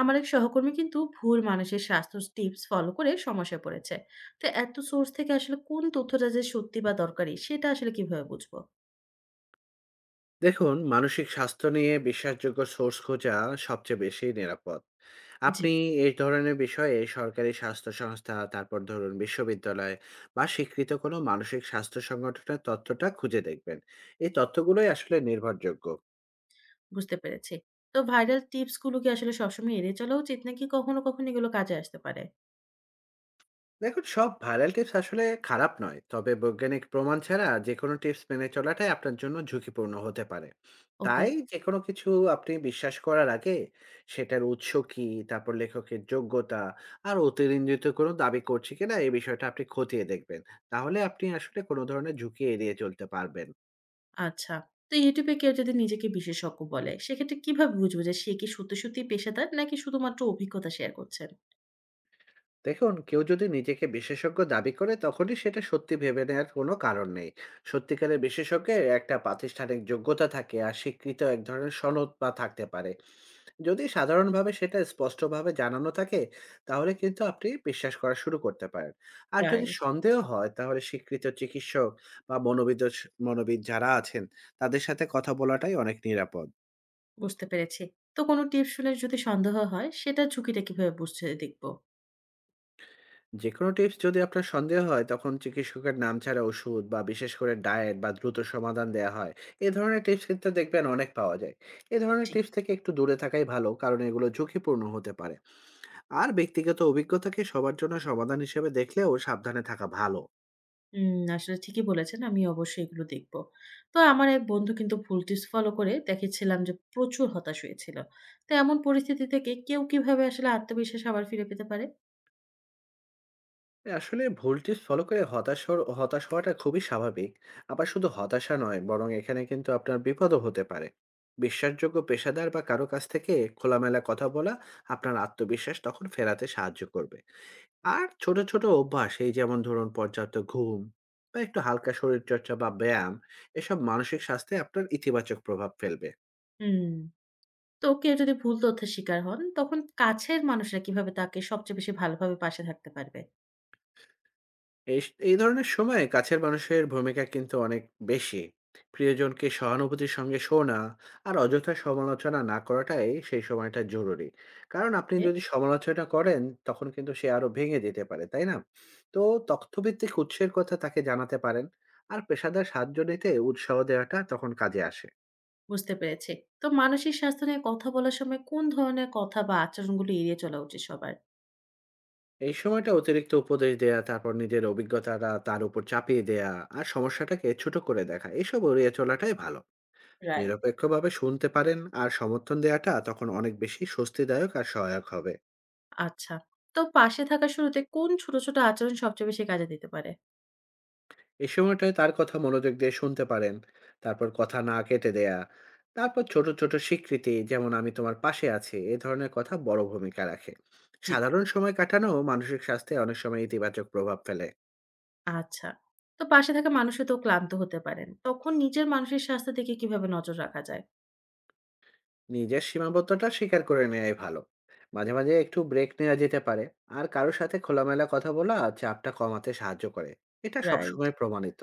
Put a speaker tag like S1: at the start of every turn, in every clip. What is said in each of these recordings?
S1: আমার এক সহকর্মী কিন্তু ভুল মানুষের স্বাস্থ্য টিপস ফলো করে সমস্যায় পড়েছে। তো এত সোর্স থেকে আসলে কোন তথ্যটা যে সত্যি বা দরকারি সেটা আসলে কিভাবে বুঝবো?
S2: দেখুন, মানসিক স্বাস্থ্য নিয়ে বিশ্বাসযোগ্য সোর্স খোঁজা সবচেয়ে বেশি নিরাপদ।
S1: জি।
S2: আপনি এই ধরনের বিষয়ে সরকারি স্বাস্থ্য সংস্থা, তারপর ধরুন বিশ্ববিদ্যালয় বা স্বীকৃত কোনো মানসিক স্বাস্থ্য সংগঠনের তথ্যটা খুঁজে দেখবেন। এই তথ্যগুলোই আসলে নির্ভরযোগ্য।
S1: বুঝতে পেরেছি। তো ভাইরাল টিপস গুলো কি আসলে সবসময় এড়িয়ে চলা উচিত নাকি কখনো কখনো এগুলো কাজে আসতে পারে?
S2: দেখুন, সব ভাইরাল টিপস আসলে খারাপ নয়, তবে বৈজ্ঞানিক প্রমাণ ছাড়া যে কোনো টিপস মেনে চলাটাই আপনার জন্য ঝুঁকিপূর্ণ হতে পারে।
S1: ওকে।
S2: তাই যে কোনো কিছু আপনি বিশ্বাস করার আগে সেটার উৎস কি, তারপর লেখকের যোগ্যতা, আর অতিরঞ্জিত কোনো দাবি করছে কিনা এই বিষয়টা আপনি খতিয়ে দেখবেন। তাহলে আপনি আসলে কোনো ধরনের ঝুঁকি এড়িয়ে চলতে পারবেন।
S1: আচ্ছা। তো ইউটিউবে কেউ যদি নিজেকে বিশেষজ্ঞ বলে সেক্ষেত্রে কিভাবে বুঝবো যে সে কি সত্যি সত্যি পেশাদার নাকি শুধুমাত্র অভিজ্ঞতা শেয়ার করছেন?
S2: দেখুন, কেউ যদি নিজেকে বিশেষজ্ঞ দাবি করে তখনই সেটা সত্যি ভেবে নেওয়ার কোনো কারণ নেই। সত্যিকারের বিশেষজ্ঞের একটা প্রাতিষ্ঠানিক যোগ্যতা থাকে, আর স্বীকৃত এক ধরনের সনদ বা থাকতে পারে। যদি সাধারণভাবে সেটা স্পষ্টভাবে জানানো থাকে, তাহলে কিন্তু আপনি বিশ্বাস করা শুরু করতে পারেন। আর যদি
S1: রাইট।
S2: সন্দেহ হয় তাহলে স্বীকৃত চিকিৎসক বা মনোবিদ, যারা আছেন তাদের সাথে কথা বলাটাই অনেক নিরাপদ।
S1: বুঝতে পেরেছি। তো কোনো টিপস শুনে যদি সন্দেহ হয় সেটা ঝুঁকিটা কিভাবে বুঝতে দেখবো?
S2: যেকোনো টিপস যদি আপনার সন্দেহ হয়, তখন চিকিৎসকের নাম ছাড়া ওষুধ বা বিশেষ করে ডায়েট বা দ্রুত সমাধান দেওয়া হয়, এ ধরনের টিপস কিন্তু দেখবেন অনেক পাওয়া যায়। এ ধরনের টিপস থেকে একটু দূরে থাকাই ভালো, কারণ এগুলো ঝুঁকিপূর্ণ হতে পারে। আর ব্যক্তিগত অভিজ্ঞতাকে সবার জন্য সমাধান হিসেবে দেখলেও সাবধানে থাকা ভালো।
S1: হুম, আসলে ঠিকই বলেছেন। আমি অবশ্যই এগুলো দেখব। তো আমার এক বন্ধু কিন্তু ভুল টিপস ফলো করে দেখেছিলাম যে প্রচুর হতাশ হয়েছিল। তো এমন পরিস্থিতি থেকে কেউ কিভাবে আসলে আত্মবিশ্বাস আবার ফিরে পেতে পারে?
S2: হ্যাঁ, আসলে ভোল্টেজ ফলো করে হতাশ হওয়াটা খুবই স্বাভাবিক। আবার শুধু হতাশা নয়, বরং এখানে কিন্তু আপনার বিপদও হতে পারে। বিশ্বাসযোগ্য পেশাদার বা কারো কাছ থেকে খোলামেলা কথা বলা আপনার আত্মবিশ্বাস তখন ফেরাতে সাহায্য করবে। আর ছোট ছোট অভ্যাস, এই যেমন ধরুন পর্যাপ্ত ঘুম বা একটু হালকা শরীরচর্চা বা ব্যায়াম, এসব মানসিক স্বাস্থ্যে আপনার ইতিবাচক প্রভাব ফেলবে।
S1: হুম। তো কেউ যদি ভুল তথ্যের শিকার হন, তখন কাছের মানুষরা কিভাবে তাকে সবচেয়ে বেশি ভালোভাবে পাশে থাকতে পারবে?
S2: এই ধরনের সময়ে কাছের মানুষের ভূমিকা কিন্তু অনেক বেশি। প্রিয়জনকে সহানুভূতির সঙ্গে শোনা আর অযথা সমালোচনা না করাটাই সেই সময়টা জরুরি। কারণ আপনি
S1: এ।
S2: যদি সমালোচনা করেন তখন কিন্তু সে আরো ভেঙে যেতে পারে, তাই না? তো তথ্যভিত্তিক উৎসের কথা তাকে জানাতে পারেন। আর পেশাদার সাহায্য নিতে উৎসাহ দেওয়াটা তখন কাজে আসে।
S1: বুঝতে পেরেছি। তো মানসিক স্বাস্থ্য নিয়ে কথা বলার সময় কোন ধরনের কথা বা আচরণগুলো এড়িয়ে চলা উচিত সবার?
S2: এই সময়টা অতিরিক্ত উপদেশ দেয়া, তারপর নিজের অভিজ্ঞতাটা তার উপর চাপিয়ে দেয়া আর সমস্যাটাকে ছোট করে দেখা, এসব এড়িয়ে চলাটাই ভালো।
S1: রাইট।
S2: নিরপেক্ষভাবে শুনতে পারেন, আর সমর্থন দেওয়াটা তখন অনেক বেশি স্বস্তিদায়ক আর সহায়ক হবে।
S1: আচ্ছা। তো পাশে থাকার শুরুতে কোন ছোট, ছোট আচরণ সবচেয়ে বেশি কাজে দিতে পারে?
S2: এই সময়টায় তার কথা মনোযোগ দিয়ে শুনতে পারেন, তারপর কথা না কেটে দেয়া, তারপর ছোট ছোট স্বীকৃতি যেমন "আমি তোমার পাশে আছি", এ ধরনের কথা বড় ভূমিকা রাখে।
S1: জি।
S2: সাধারণ সময় কাটানো মানসিক স্বাস্থ্যে অনেক সময় ইতিবাচক প্রভাব ফেলে।
S1: আচ্ছা। তো পাশে থাকা মানুষও তো ক্লান্ত হতে পারেন। তখন নিজের মানসিক স্বাস্থ্যের দিকে কিভাবে নজর রাখা যায়?
S2: নিজের সীমাবদ্ধতা স্বীকার করে নেয়াই ভালো। মাঝে মাঝে একটু ব্রেক নেওয়া যেতে পারে। আর কারো সাথে খোলামেলা কথা বলা চাপটা কমাতে সাহায্য করে। এটা
S1: রাইট।
S2: সবসময় প্রমাণিত।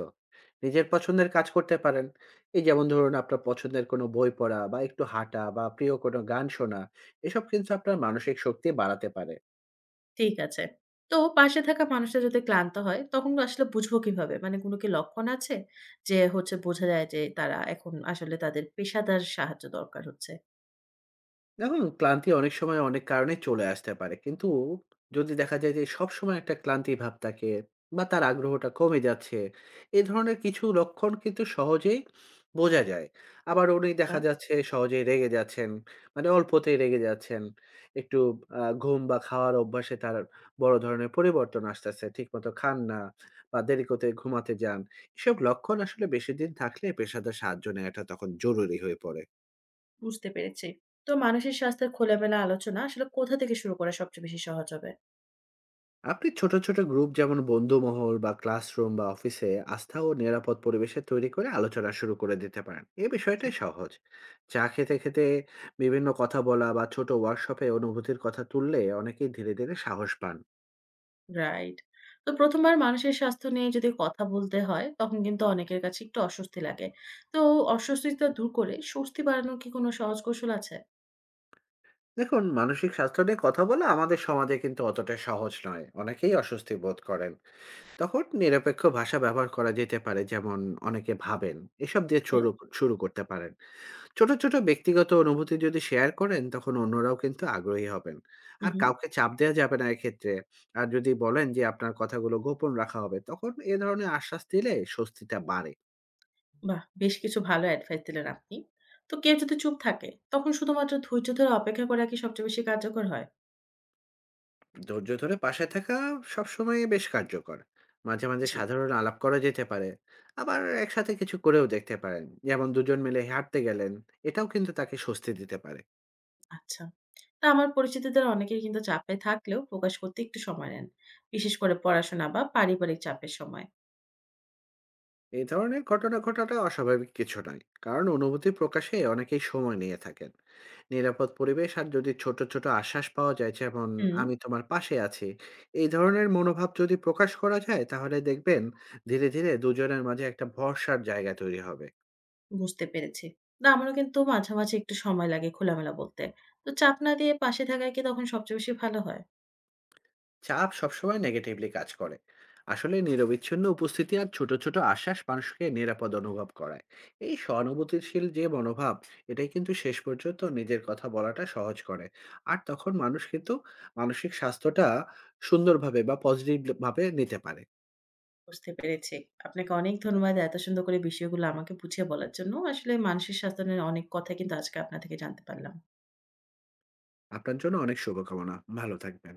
S2: নিজের পছন্দের কাজ করতে পারেন। এই যেমন ধরুন আপনার পছন্দের কোনো বই পড়া বা একটু হাঁটা বা প্রিয় কোনো গান শোনা, এসব কিন্তু আপনার মানসিক শক্তি বাড়াতে পারে।
S1: ঠিক আছে। তো পাশে থাকা মানুষটা যদি ক্লান্ত হয়, তখন আসলে বুঝবো কিভাবে? মানে কোনো কি লক্ষণ আছে? যে হচ্ছে বোঝা যায় যে তারা এখন আসলে তাদের পেশাদার সাহায্য দরকার হচ্ছে?
S2: দেখুন, ক্লান্তি অনেক সময় অনেক কারণে চলে আসতে পারে। কিন্তু যদি দেখা যায় যে সবসময় একটা ক্লান্তি ভাব থাকে বা তার আগ্রহটা কমে যাচ্ছে, এ ধরনের কিছু লক্ষণ কিন্তু সহজেই বোঝা যায়। আবার উনি
S1: আচ্ছা,
S2: দেখা যাচ্ছে সহজেই রেগে যাচ্ছেন। মানে অল্পতেই রেগে যাচ্ছেন। একটু আ ঘুম বা খাওয়ার অভ্যাসে তার বড় ধরনের পরিবর্তন আসতেছে। ঠিকমতো খান না বা দেরি করে ঘুমাতে যান। এসব লক্ষণ আসলে বেশিদিন থাকলে পেশাদার সাহায্য নেওয়াটা তখন জরুরি হয়ে পড়ে।
S1: বুঝতে পেরেছি। তো মানসিক স্বাস্থ্যের খোলামেলা আলোচনা আসলে কোথা থেকে শুরু করা সবচেয়ে বেশি সহজ হবে?
S2: আপনি ছোট ছোট গ্রুপ যেমন বন্ধুমহল বা ক্লাসরুম বা অফিসে আস্থা ও নিরাপদ পরিবেশে তৈরি করে আলোচনা শুরু করে দিতে পারেন। এ বিষয়টাই সহজ। চা খেতে খেতে বিভিন্ন কথা বলা বা ছোট ওয়ার্কশপে অনুভূতির কথা তুললে অনেকেই ধীরে ধীরে সাহস পান।
S1: রাইট। তো ১ম বার মানুষের স্বাস্থ্য নিয়ে যদি কথা বলতে হয়, তখন কিন্তু অনেকের কাছে একটু অস্বস্তি লাগে। তো অস্বস্তিটা দূর করে স্বস্তি বাড়ানোর কি কোনো সহজ কৌশল আছে?
S2: দেখুন, মানসিক স্বাস্থ্য নিয়ে কথা বলা আমাদের সমাজে কিন্তু অতটা সহজ নয়। অনেকেই অস্বস্তি বোধ করেন। তখন নিরপেক্ষ ভাষা ব্যবহার করা যেতে পারে, যেমন "অনেকে ভাবেন"। এসব দিয়ে
S1: ওকে।
S2: শুরু করতে পারেন। ছোট ছোট ব্যক্তিগত অনুভূতি যদি শেয়ার করেন তখন অন্যরাও কিন্তু আগ্রহী হবেন।
S1: হু,
S2: আর
S1: হু।
S2: কাউকে চাপ দেয়া যাবে না এক্ষেত্রে। আর যদি বলেন যে আপনার কথাগুলো গোপন রাখা হবে, তখন এ ধরনের আশ্বাস দিলে স্বস্তিটা বাড়ে।
S1: বাহ! বেশ কিছু ভালো অ্যাডভাইস দিলেন আপনি। তো কেউ যদি চুপ থাকে, তখন শুধুমাত্র ধৈর্য ধরে অপেক্ষা করা কি সবচেয়ে বেশি কার্যকর হয়?
S2: ধৈর্য ধরে পাশে থাকা সবসময়ই বেশ কার্যকর। মাঝে মাঝে
S1: জি,
S2: সাধারণ আলাপ করা যেতে পারে। আবার একসাথে কিছু করেও দেখতে পারেন। যেমন দুজন মিলে হাঁটতে গেলেন। এটাও কিন্তু তাকে স্বস্তি দিতে পারে।
S1: আচ্ছা। তা আমার পরিচিতদের অনেকেই কিন্তু চাপে থাকলেও প্রকাশ করতে একটু সময় নেন। বিশেষ করে পড়াশোনা বা পারিবারিক চাপের সময়।
S2: এ ধরনের ঘটনা ঘটাটা অস্বাভাবিক কিছু নয়। কারণ অনুভূতি প্রকাশে অনেকেই সময় নিয়ে থাকেন। নিরাপদ পরিবেশ আর যদি ছোট ছোট আশ্বাস পাওয়া যায়, যেমন
S1: হুম।
S2: "আমি তোমার পাশে আছি", এই ধরনের মনোভাব যদি প্রকাশ করা যায় তাহলে দেখবেন ধীরে ধীরে দুজনের মাঝে একটা ভরসার জায়গা তৈরি হবে।
S1: বুঝতে পেরেছি। না আমারও কিন্তু মাঝে, মাঝে একটু সময় লাগে খোলামেলা বলতে। তো চাপ না দিয়ে পাশে থাকাই কি তখন সবচেয়ে বেশি ভালো হয়?
S2: চাপ সবসময় নেগেটিভলি কাজ করে। আসলে নিরবিচ্ছিন্ন উপস্থিতি আর ছোট ছোট আশ্বাস মানুষকে নিরাপদ অনুভব করায়। এই সহানুভূতিশীল যে মনোভাব, এটাই কিন্তু শেষ পর্যন্ত নিজের কথা বলাটা সহজ করে। আর তখন মানুষ কিন্তু মানসিক স্বাস্থ্যটা সুন্দরভাবে বা পজিটিভ ভাবে নিতে পারে।
S1: বুঝতে পেরেছি। আপনাকে অনেক ধন্যবাদ এত সুন্দর করে বিষয়গুলো আমাকে বুঝিয়ে বলার জন্য। আসলে মানসিক স্বাস্থ্য নিয়ে অনেক কথা কিন্তু আজকে আপনার থেকে জানতে পারলাম।
S2: আপনার জন্য অনেক শুভকামনা। ভালো থাকবেন।